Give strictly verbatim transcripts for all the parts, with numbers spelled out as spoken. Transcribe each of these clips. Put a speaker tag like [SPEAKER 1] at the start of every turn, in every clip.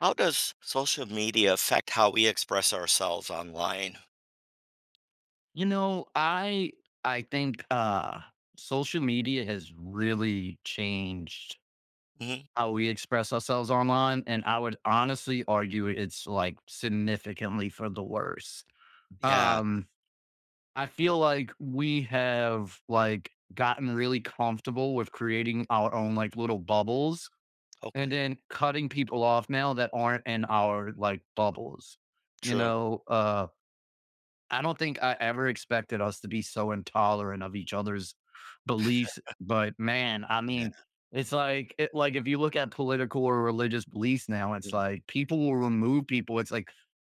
[SPEAKER 1] How does social media affect how we express ourselves online?
[SPEAKER 2] You know, I I think uh social media has really changed
[SPEAKER 1] Mhm.
[SPEAKER 2] how we express ourselves online, and I would honestly argue it's like significantly for the worse.
[SPEAKER 1] Yeah.
[SPEAKER 2] Um I feel like we have like gotten really comfortable with creating our own like little bubbles and
[SPEAKER 1] Okay.
[SPEAKER 2] then cutting people off now that aren't in our like bubbles. You
[SPEAKER 1] True.
[SPEAKER 2] know, uh I don't think I ever expected us to be so intolerant of each other's beliefs, but man, I mean,
[SPEAKER 1] Yeah.
[SPEAKER 2] it's like it, like if you look at political or religious beliefs now, it's
[SPEAKER 1] Mhm.
[SPEAKER 2] like people will remove people. It's like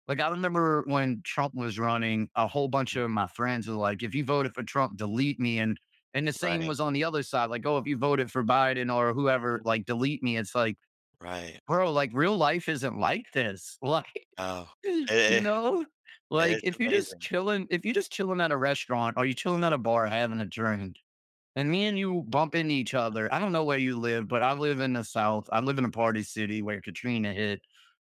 [SPEAKER 2] like I remember when Trump was running, a whole bunch of my friends were like, "If you voted for Trump, delete me." And and the same
[SPEAKER 1] Right.
[SPEAKER 2] was on the other side, like, "Oh, if you voted for Biden or whoever,
[SPEAKER 1] Mhm.
[SPEAKER 2] like, delete me." It's like,
[SPEAKER 1] Right.
[SPEAKER 2] bro, like real life isn't like this. Like
[SPEAKER 1] Oh,
[SPEAKER 2] You
[SPEAKER 1] it,
[SPEAKER 2] know? Like,
[SPEAKER 1] it's
[SPEAKER 2] if you're just
[SPEAKER 1] amazing.
[SPEAKER 2] chilling if you're just chilling at a restaurant or you chilling at a bar having a drink, and me and you bump into each other. I don't know where you live, but I live in the South. I live in a party city where Katrina hit.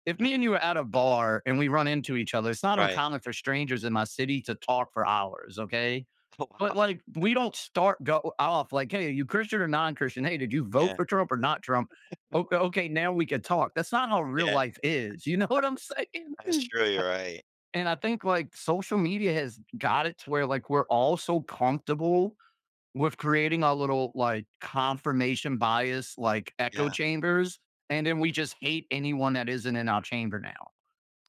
[SPEAKER 2] If me
[SPEAKER 1] Mhm.
[SPEAKER 2] and you are at a bar and we run into each other, it's not
[SPEAKER 1] Right.
[SPEAKER 2] uncommon for strangers in my city to talk for hours, okay?
[SPEAKER 1] Oh,
[SPEAKER 2] But,
[SPEAKER 1] wow.
[SPEAKER 2] like, we don't start go off like, "Hey, are you Christian or non-Christian? Hey, did you vote
[SPEAKER 1] Yeah.
[SPEAKER 2] for Trump or not Trump? Okay okay, now we can talk." That's not how real
[SPEAKER 1] Yeah.
[SPEAKER 2] life is, you know what I'm
[SPEAKER 1] That's
[SPEAKER 2] saying?
[SPEAKER 1] true. You're right.
[SPEAKER 2] And I think like social media has got it to where like we're all so comfortable with creating our little like confirmation bias, like echo
[SPEAKER 1] Yeah.
[SPEAKER 2] chambers. And then we just hate anyone that isn't in our chamber now.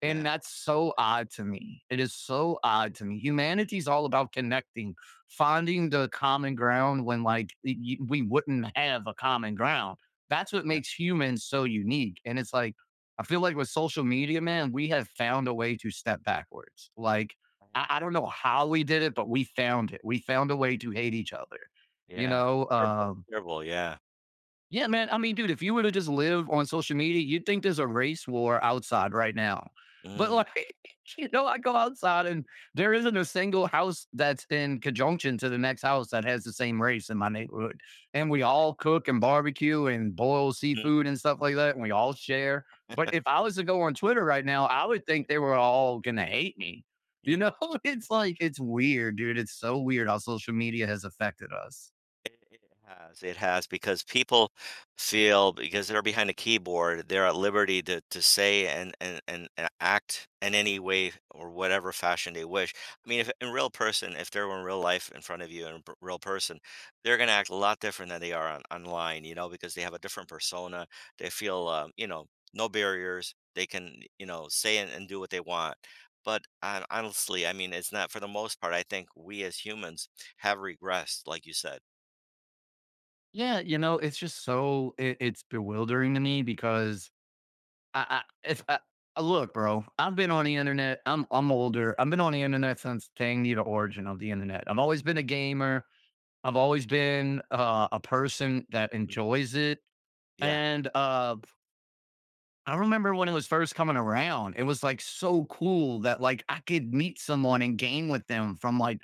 [SPEAKER 2] And
[SPEAKER 1] Yeah.
[SPEAKER 2] that's so
[SPEAKER 1] Absolutely.
[SPEAKER 2] odd to me. It is so odd to me. Humanity is all about connecting, finding the common ground when, like, y- y- we wouldn't have a common ground. That's what
[SPEAKER 1] Yeah.
[SPEAKER 2] makes humans so unique. And it's like, I feel like with social media, man, we have found a way to step backwards. Like,
[SPEAKER 1] Right.
[SPEAKER 2] I, I don't know how we did it, but we found it. We found a way to hate each other. You
[SPEAKER 1] Yeah.
[SPEAKER 2] know,
[SPEAKER 1] Terrible.
[SPEAKER 2] uh,
[SPEAKER 1] Terrible. Yeah.
[SPEAKER 2] yeah, man. I mean, dude, if you were to just live on social media, you'd think there's a race war outside right now. But
[SPEAKER 1] Mhm.
[SPEAKER 2] like, you know, I go outside and there isn't a single house that's in conjunction to the next house that has the same race in my neighborhood. And we all cook and barbecue and boil
[SPEAKER 1] Mhm.
[SPEAKER 2] seafood and stuff like that. And we all share. But if I was to go on Twitter right now, I would think they were all going to hate me. You
[SPEAKER 1] Yeah.
[SPEAKER 2] know, it's like, it's weird, dude. It's so weird how social media has affected us.
[SPEAKER 1] It it has, it has, because people feel because they're behind a keyboard, they're at liberty to to say and and and and act in any way or whatever fashion they wish. I mean, if in real person, if they were in real life in front of you in a p real person, they're gonna act a lot different than they are on online, you know, because they have a different persona. They feel, um, you know, no barriers. They can, you know, say and and do what they want. But hon honestly, I mean, it's not for the most part, I think we as humans have regressed, like you said.
[SPEAKER 2] Yeah, you know, it's just so it, it's bewildering to me because I, I if I, I look, bro, I've been on the internet. I'm I'm older. I've been on the internet since dang near the origin of the internet. I've always been a gamer. I've always been uh, a person that enjoys it.
[SPEAKER 1] Yeah.
[SPEAKER 2] And uh, I remember when it was first coming around, it was like so cool that like I could meet someone and game with them from like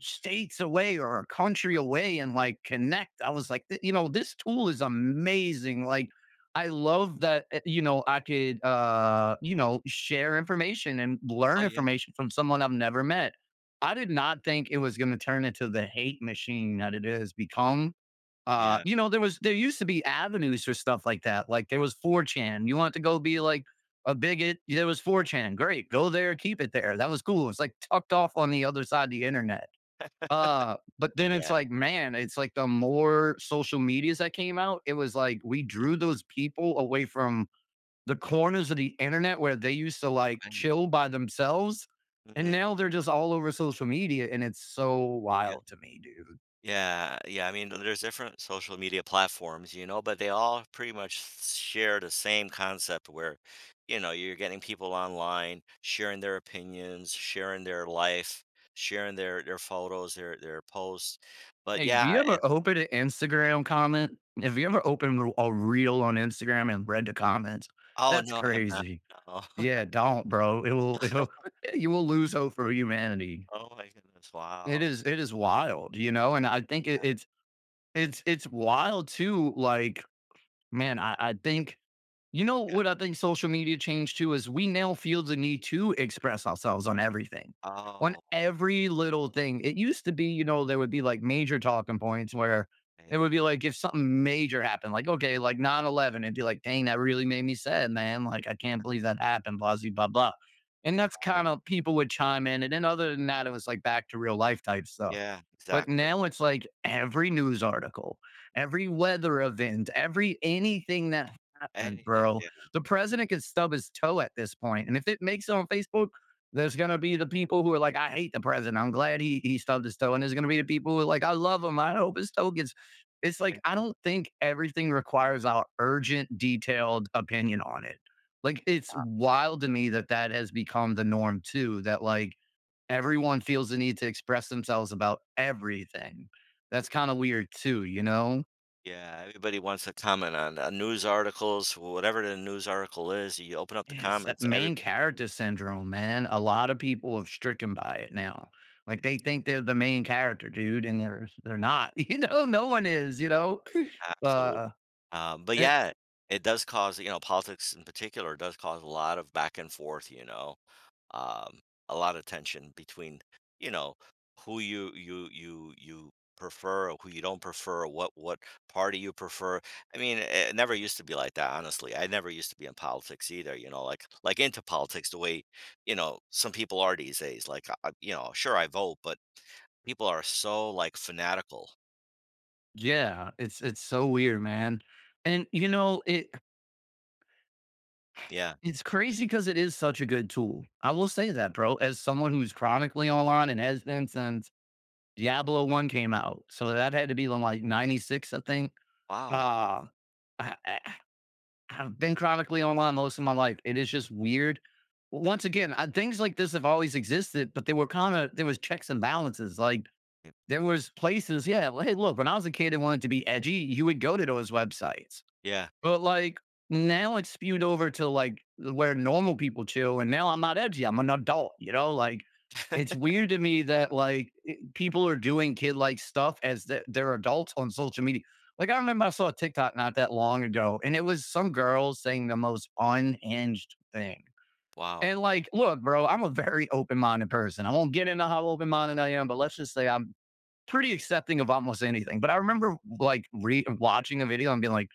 [SPEAKER 2] states away or a country
[SPEAKER 1] Right.
[SPEAKER 2] away and like connect. I was like, "Th- you know, this tool is amazing. Like, I love that, uh, you know, I could, uh, you know, share information and
[SPEAKER 1] Oh,
[SPEAKER 2] learn
[SPEAKER 1] yeah,
[SPEAKER 2] information from someone I've never met. I did not think it was going to turn into the hate machine that it has become. Uh,
[SPEAKER 1] yeah.
[SPEAKER 2] you know, there was, there used to be avenues for stuff like that. Like there was four chan. You want to go be like a bigot? There was four chan. Great. Go there, keep it there. That was cool. It's like tucked off on the other side of the internet, uh, but then it's
[SPEAKER 1] Yeah.
[SPEAKER 2] like, man, it's like the more social medias that came out, it was like we
[SPEAKER 1] Mhm,
[SPEAKER 2] drew those people away from the corners of the internet where they used to like
[SPEAKER 1] right.
[SPEAKER 2] chill by themselves. And
[SPEAKER 1] Mhm,
[SPEAKER 2] now they're just all over social media. And it's so
[SPEAKER 1] yeah.
[SPEAKER 2] wild to me, dude.
[SPEAKER 1] Yeah, yeah, I mean, there's different social media platforms, you know, but they all pretty much share the same concept where, you know, you're getting people online sharing their opinions, sharing their life, sharing their their photos, their their posts, but
[SPEAKER 2] Hey, have
[SPEAKER 1] yeah,
[SPEAKER 2] you ever
[SPEAKER 1] and
[SPEAKER 2] opened an Instagram comment? Have you ever opened a reel on Instagram and read the comments?
[SPEAKER 1] oh,
[SPEAKER 2] That's
[SPEAKER 1] no, I have not,
[SPEAKER 2] crazy.
[SPEAKER 1] no.
[SPEAKER 2] Yeah, don't, bro. It will, it will you will lose hope for humanity.
[SPEAKER 1] Oh my goodness,
[SPEAKER 2] It
[SPEAKER 1] wow.
[SPEAKER 2] is it is wild, you know, and I think it, it's it's it's wild too. Like, man, I, I think you know
[SPEAKER 1] Yeah.
[SPEAKER 2] what I think social media changed too is we now feel the need to express ourselves on everything, on
[SPEAKER 1] Oh,
[SPEAKER 2] every little thing. It used to be, you know, there would be like major talking points where it
[SPEAKER 1] right,
[SPEAKER 2] would be like if something major happened, like okay, like nine eleven, it'd be like, dang, that really made me sad, man. Like, I can't believe that happened, blah zee, blah blah. And that's
[SPEAKER 1] right.
[SPEAKER 2] kind of people would chime in. And then other than that, it was like back to real life type stuff,
[SPEAKER 1] Yeah,
[SPEAKER 2] but
[SPEAKER 1] exactly.
[SPEAKER 2] now it's like every news article, every weather event, every anything that happened,
[SPEAKER 1] Anything,
[SPEAKER 2] bro.
[SPEAKER 1] yeah.
[SPEAKER 2] The president could stub his toe at this point, and if it makes it on Facebook, there's gonna be the people who are like, "I hate the president. I'm glad he he stubbed his toe," and there's gonna be the people who are like, "I love him. I hope his toe gets." It's like I don't think everything requires our urgent, detailed opinion on it. Like it's wild to me that that has become the norm too. That like everyone feels the need to express themselves about everything. That's kind of weird too, you know?
[SPEAKER 1] Yeah, everybody wants to comment on uh, news articles, whatever the news article is. You open up the
[SPEAKER 2] Yeah, it's that
[SPEAKER 1] comments, every
[SPEAKER 2] main character syndrome, man. A lot of people are stricken by it now. Like they think they're the main character, dude, and they're they're not. You know, no one is. You know,
[SPEAKER 1] absolute.
[SPEAKER 2] uh,
[SPEAKER 1] Um, but
[SPEAKER 2] it,
[SPEAKER 1] yeah, it does cause, you know, politics in particular does cause a lot of back and forth, you know. um, a lot of tension between you know who you you you you prefer or who you don't prefer what what party you prefer. I mean, it never used to be like that, honestly. I never used to be in politics either, you know, like like into politics the way, you know, some people are these days. Like I, you know, sure, I vote, but people are so like fanatical.
[SPEAKER 2] yeah, it's it's so weird, man. And you know, it
[SPEAKER 1] Yeah.
[SPEAKER 2] it's crazy because it is such a good tool. I will say that, bro. As someone who's chronically online and has been since Diablo one came out, so that had to be like, 'ninety-six, I think.
[SPEAKER 1] Wow.
[SPEAKER 2] Uh, I I I've been chronically online most of my life. It is just weird. Once again, uh, things like this have always existed, but they were kinda there was checks and balances, like, there was places yeah, well, hey, look, when I was a kid and wanted to be edgy, you would go to those websites.
[SPEAKER 1] Yeah.
[SPEAKER 2] But, like, now it's spewed over to, like, where normal people chill, and now I'm not edgy, I'm an adult, you know? Like, it's weird to me that, like, I people are doing kid-like stuff as the they're adults on social media. Like, I remember I saw a TikTok not that long ago, and it was some girl saying the most unhinged thing.
[SPEAKER 1] Wow.
[SPEAKER 2] And, like, look, bro, I'm a very open-minded person. I won't get into how open-minded I am, but let's just say I'm pretty accepting of almost anything. But I remember, like, re watching a video and being like,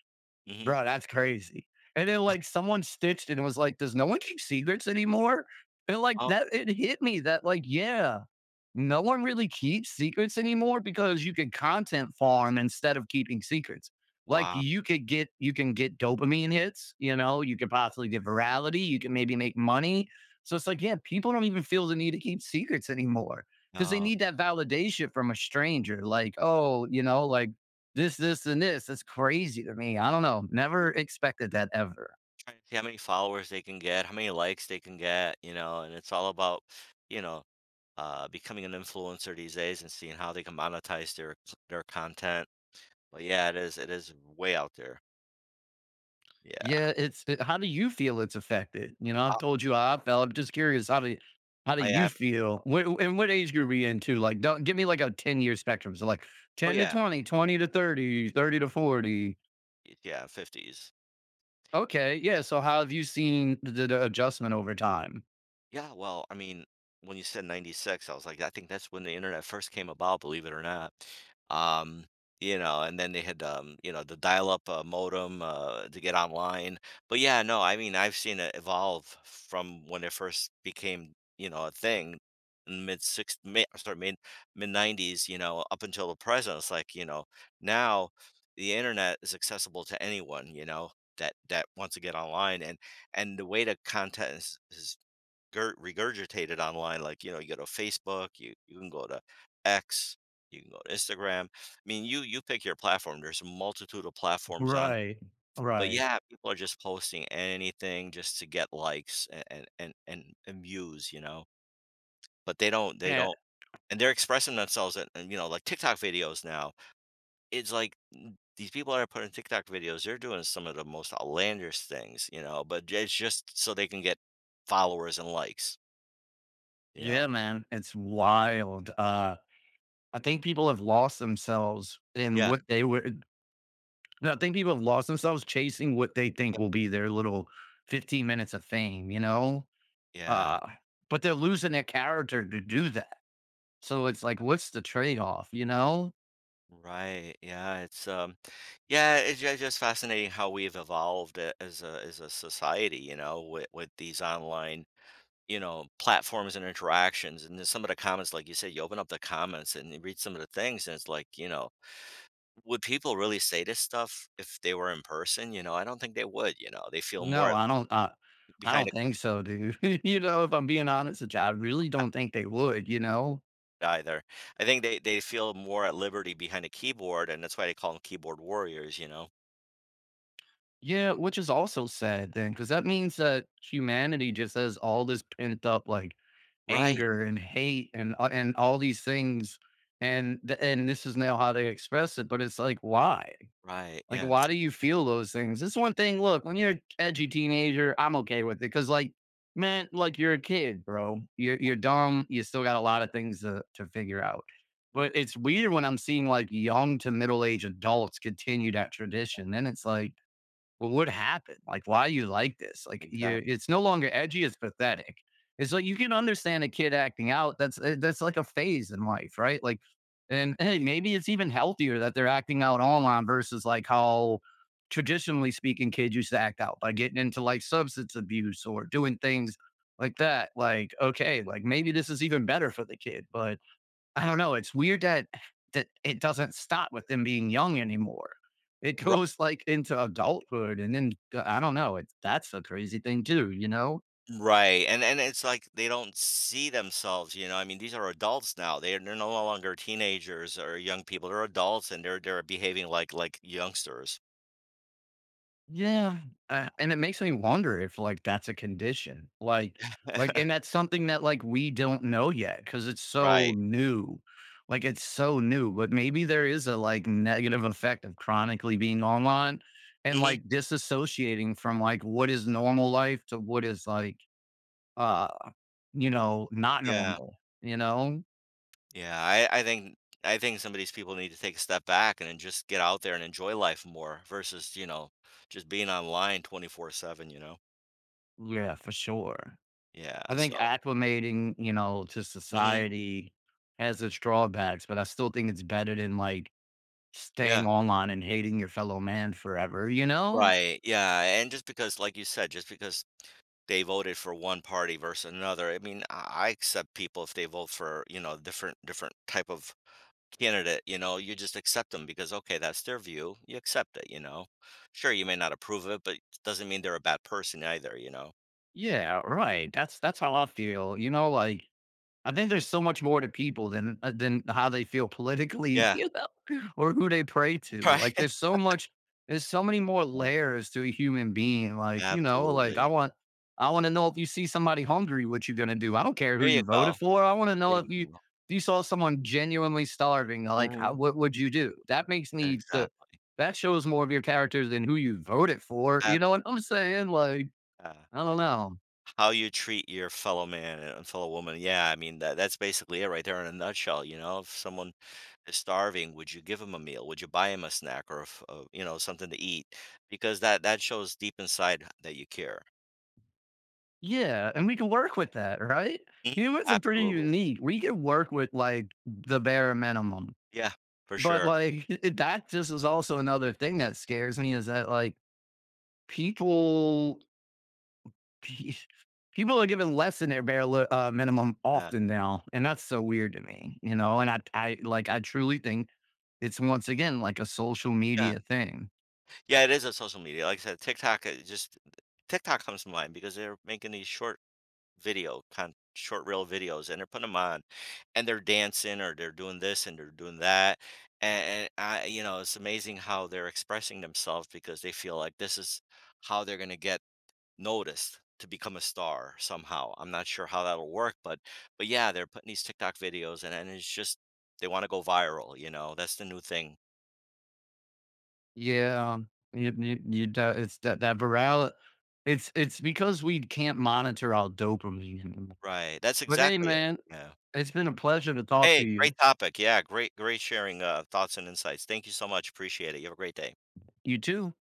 [SPEAKER 1] Hmm.
[SPEAKER 2] bro, that's crazy. And then, like, someone stitched and was like, "Does no one keep secrets anymore?" And, like,
[SPEAKER 1] Oh.
[SPEAKER 2] that it hit me that, like, yeah, no one really keeps secrets anymore because you can content farm instead of keeping secrets. Like
[SPEAKER 1] Wow.
[SPEAKER 2] you could get you can get dopamine hits, you know, you could possibly get virality, you can maybe make money. So it's like, yeah, people don't even feel the need to keep secrets anymore because they
[SPEAKER 1] No.
[SPEAKER 2] need that validation from a stranger. Like, oh, you know, like this, this, and this. That's crazy to me. I don't know. Never expected that ever.
[SPEAKER 1] Right. See how many followers they can get, how many likes they can get, you know, and it's all about, you know, uh, becoming an influencer these days and seeing how they can monetize their their content. But yeah, it is, it is way out there. Yeah,
[SPEAKER 2] Yeah, it's it how do you feel it's affected? You know,
[SPEAKER 1] I,
[SPEAKER 2] I've told you how I felt. I'm just curious, how do you how do
[SPEAKER 1] I
[SPEAKER 2] you
[SPEAKER 1] am.
[SPEAKER 2] feel? What and what age group are you into? Like, don't give me like a ten-year spectrum. So like
[SPEAKER 1] Oh
[SPEAKER 2] ten to
[SPEAKER 1] yeah,
[SPEAKER 2] twenty, twenty to thirty, thirty to forty.
[SPEAKER 1] y- yeah, fifties.
[SPEAKER 2] Okay, yeah. So how have you seen the, the adjustment over time?
[SPEAKER 1] Yeah, well, I mean, when you said ninety-six, I was like, I think that's when the internet first came about, believe it or not. Um, you know, and then they had, um, you know, the dial-up uh, modem uh, to get online. But yeah, no, I mean, I've seen it evolve from when it first became, you know, a thing in mid six, mid, sorry, mid mid nineties, you know, up until the present. It's like, you know, now the internet is accessible to anyone, you know, that that wants to get online and and the way the content is, is gir- regurgitated online. Like, you know, you go to Facebook, you you can go to X, you can go to Instagram. I mean, you you pick your platform. There's a multitude of platforms on.
[SPEAKER 2] Right.
[SPEAKER 1] But
[SPEAKER 2] Right.
[SPEAKER 1] yeah, people are just posting anything just to get likes and and and, and, and views, you know. But they don't they
[SPEAKER 2] Yeah,
[SPEAKER 1] don't and they're expressing themselves, and, and you know, like TikTok videos now. It's like n- these people that are putting TikTok videos, they're doing some of the most outlandish things, you know, but it's just so they can get followers and likes, you
[SPEAKER 2] yeah,
[SPEAKER 1] know.
[SPEAKER 2] man, it's wild. Uh, I think people have lost themselves in
[SPEAKER 1] Yeah.
[SPEAKER 2] what they were. And I think people have lost themselves chasing what they think will be their little fifteen minutes of fame, you know?
[SPEAKER 1] Yeah,
[SPEAKER 2] Uh, but they're losing their character to do that. So it's like, what's the trade off, you know?
[SPEAKER 1] right. Yeah, it's um, yeah, it's ju- just fascinating how we've evolved a- as a as a society, you know, with with these online, you know, platforms and interactions. And then some of the comments, like you said, you open up the comments and you read some of the things, and it's like, you know, would people really say this stuff if they were in person? You know, I don't think they would. You know, they feel more
[SPEAKER 2] No,
[SPEAKER 1] at-
[SPEAKER 2] I don't. Uh, I
[SPEAKER 1] behind a
[SPEAKER 2] don't think so, dude. you know, if I'm being honest with you, I really don't think they would, you know?
[SPEAKER 1] either. I think they they feel more at liberty behind a keyboard, and that's why they call them keyboard warriors. You know,
[SPEAKER 2] Yeah, which is also sad then, because that means that humanity just has all this pent up, like,
[SPEAKER 1] right,
[SPEAKER 2] anger and hate and a- and all these things and th- and this is now how they express it, but it's like, why?
[SPEAKER 1] right,
[SPEAKER 2] Like,
[SPEAKER 1] yeah,
[SPEAKER 2] why do you feel those things? It's one thing, look, when you're an edgy teenager, I'm okay with it, because like, man, like you're a kid, bro. you're, you're dumb. You still got a lot of things to, to figure out.
[SPEAKER 1] mhm,
[SPEAKER 2] But it's weird when I'm seeing like young to middle-aged adults continue that tradition. Then it's like, well, what happened? Like, why you like this? Like, you,
[SPEAKER 1] exactly.
[SPEAKER 2] it's no longer edgy, it's pathetic. It's like, you can understand a kid acting out. That's uh, that's like a phase in life, right? Like, and hey, maybe it's even healthier that they're acting out online versus like how traditionally speaking, kids used to act out by getting into like substance abuse or doing things like that. Like, okay, like maybe this is even better for the kid, but I don't know. It's weird that that it doesn't stop with them being young anymore. It
[SPEAKER 1] Ri
[SPEAKER 2] goes like into adulthood, and then uh, I don't know. It, that's a crazy thing too, you know?
[SPEAKER 1] Right, and and it's like they don't see themselves, you know. I mean, these are adults now, they're they're no longer teenagers or young people, they're adults and they're they're behaving like like youngsters.
[SPEAKER 2] Yeah, uh, and it makes me wonder if like that's a condition, like like, and that's something that like we don't know yet because it's so
[SPEAKER 1] Right.
[SPEAKER 2] new. Like it's so new, but maybe there is a like negative effect of chronically being online and
[SPEAKER 1] Mhm.
[SPEAKER 2] like disassociating from like what is normal life to what is like uh, you know, not
[SPEAKER 1] Yeah,
[SPEAKER 2] normal, you know?
[SPEAKER 1] yeah, I I think I think some of these people need to take a step back and then just get out there and enjoy life more versus, you know, just being online twenty-four seven, you know?
[SPEAKER 2] Yeah, for sure. I
[SPEAKER 1] Yeah,
[SPEAKER 2] think
[SPEAKER 1] so
[SPEAKER 2] acclimating, you know, to
[SPEAKER 1] mhm.
[SPEAKER 2] society has its drawbacks, but I still think it's better than like
[SPEAKER 1] Yeah.
[SPEAKER 2] staying online and hating your fellow man forever, you know?
[SPEAKER 1] Right, yeah, and just because like you said, just because they voted for one party versus another. I mean, I I accept people if they vote for, you know, different different type of candidate, you know. You just accept them because okay, that's their view. You accept it, you know. Sure, you may not approve of it, but it doesn't mean they're a bad person either, you know.
[SPEAKER 2] Yeah, right. That's that's how I feel. You know, like I think there's so much more to people than uh, than how they feel politically,
[SPEAKER 1] Yeah.
[SPEAKER 2] you know, or who they pray to. Like there's so much, there's so many more
[SPEAKER 1] Right. Yeah,
[SPEAKER 2] layers to a human being. Like, you know, like I
[SPEAKER 1] absolutely.
[SPEAKER 2] want, I want to know if you see somebody hungry, what you're gonna do. I don't care who
[SPEAKER 1] There you
[SPEAKER 2] you
[SPEAKER 1] go.
[SPEAKER 2] voted for. I want to
[SPEAKER 1] There
[SPEAKER 2] know
[SPEAKER 1] you
[SPEAKER 2] if you if
[SPEAKER 1] go.
[SPEAKER 2] you saw someone genuinely starving, like how,
[SPEAKER 1] Mhm.
[SPEAKER 2] what would you do? That makes me the,
[SPEAKER 1] Exactly.
[SPEAKER 2] that shows more of your character than who you voted for. You know
[SPEAKER 1] Ab-
[SPEAKER 2] what I'm saying? Like,
[SPEAKER 1] yeah.
[SPEAKER 2] I don't know.
[SPEAKER 1] How you treat your fellow man and fellow woman. Yeah, I mean that that's basically it right there in a nutshell, you know. If someone is starving, would you give him a meal? Would you buy him a snack or a f- a- you know, something to eat? Because that that shows deep inside that you care.
[SPEAKER 2] Yeah, and we can work with that, right?
[SPEAKER 1] Mhm.
[SPEAKER 2] Humans are pretty
[SPEAKER 1] Absolutely.
[SPEAKER 2] unique. We can work with like the bare minimum.
[SPEAKER 1] Yeah, for
[SPEAKER 2] But
[SPEAKER 1] sure.
[SPEAKER 2] like, that just is also another thing that scares me, is that like people, pe- people are given less than their bare li- uh, minimum
[SPEAKER 1] Yeah,
[SPEAKER 2] often now, and that's so weird to me, you know. And I I like, I truly think it's once again like a social
[SPEAKER 1] yeah,
[SPEAKER 2] media thing.
[SPEAKER 1] yeah. It is a social media. Like I said, TikTok. uh, Just TikTok comes to mind because they're making these short video, kind short reel videos, and they're putting them on, and they're dancing or they're doing this and they're doing that, and, I, you know, it's amazing how they're expressing themselves because they feel like this is how they're gonna get noticed to become a star somehow. I'm not sure how that'll work, but but yeah, they're putting these TikTok videos and and it's just they want to go viral, you know. That's the new thing.
[SPEAKER 2] Yeah, um, you you you do, it's that, that virali, it's it's because we can't monitor our dopamine anymore.
[SPEAKER 1] Right. That's
[SPEAKER 2] But hey,
[SPEAKER 1] exactly it.
[SPEAKER 2] man,
[SPEAKER 1] Yeah.
[SPEAKER 2] it's been a pleasure to talk to
[SPEAKER 1] Hey, great
[SPEAKER 2] you.
[SPEAKER 1] topic. Yeah, great great sharing uh thoughts and insights. Thank you so much. Appreciate it. You have a great day.
[SPEAKER 2] You too.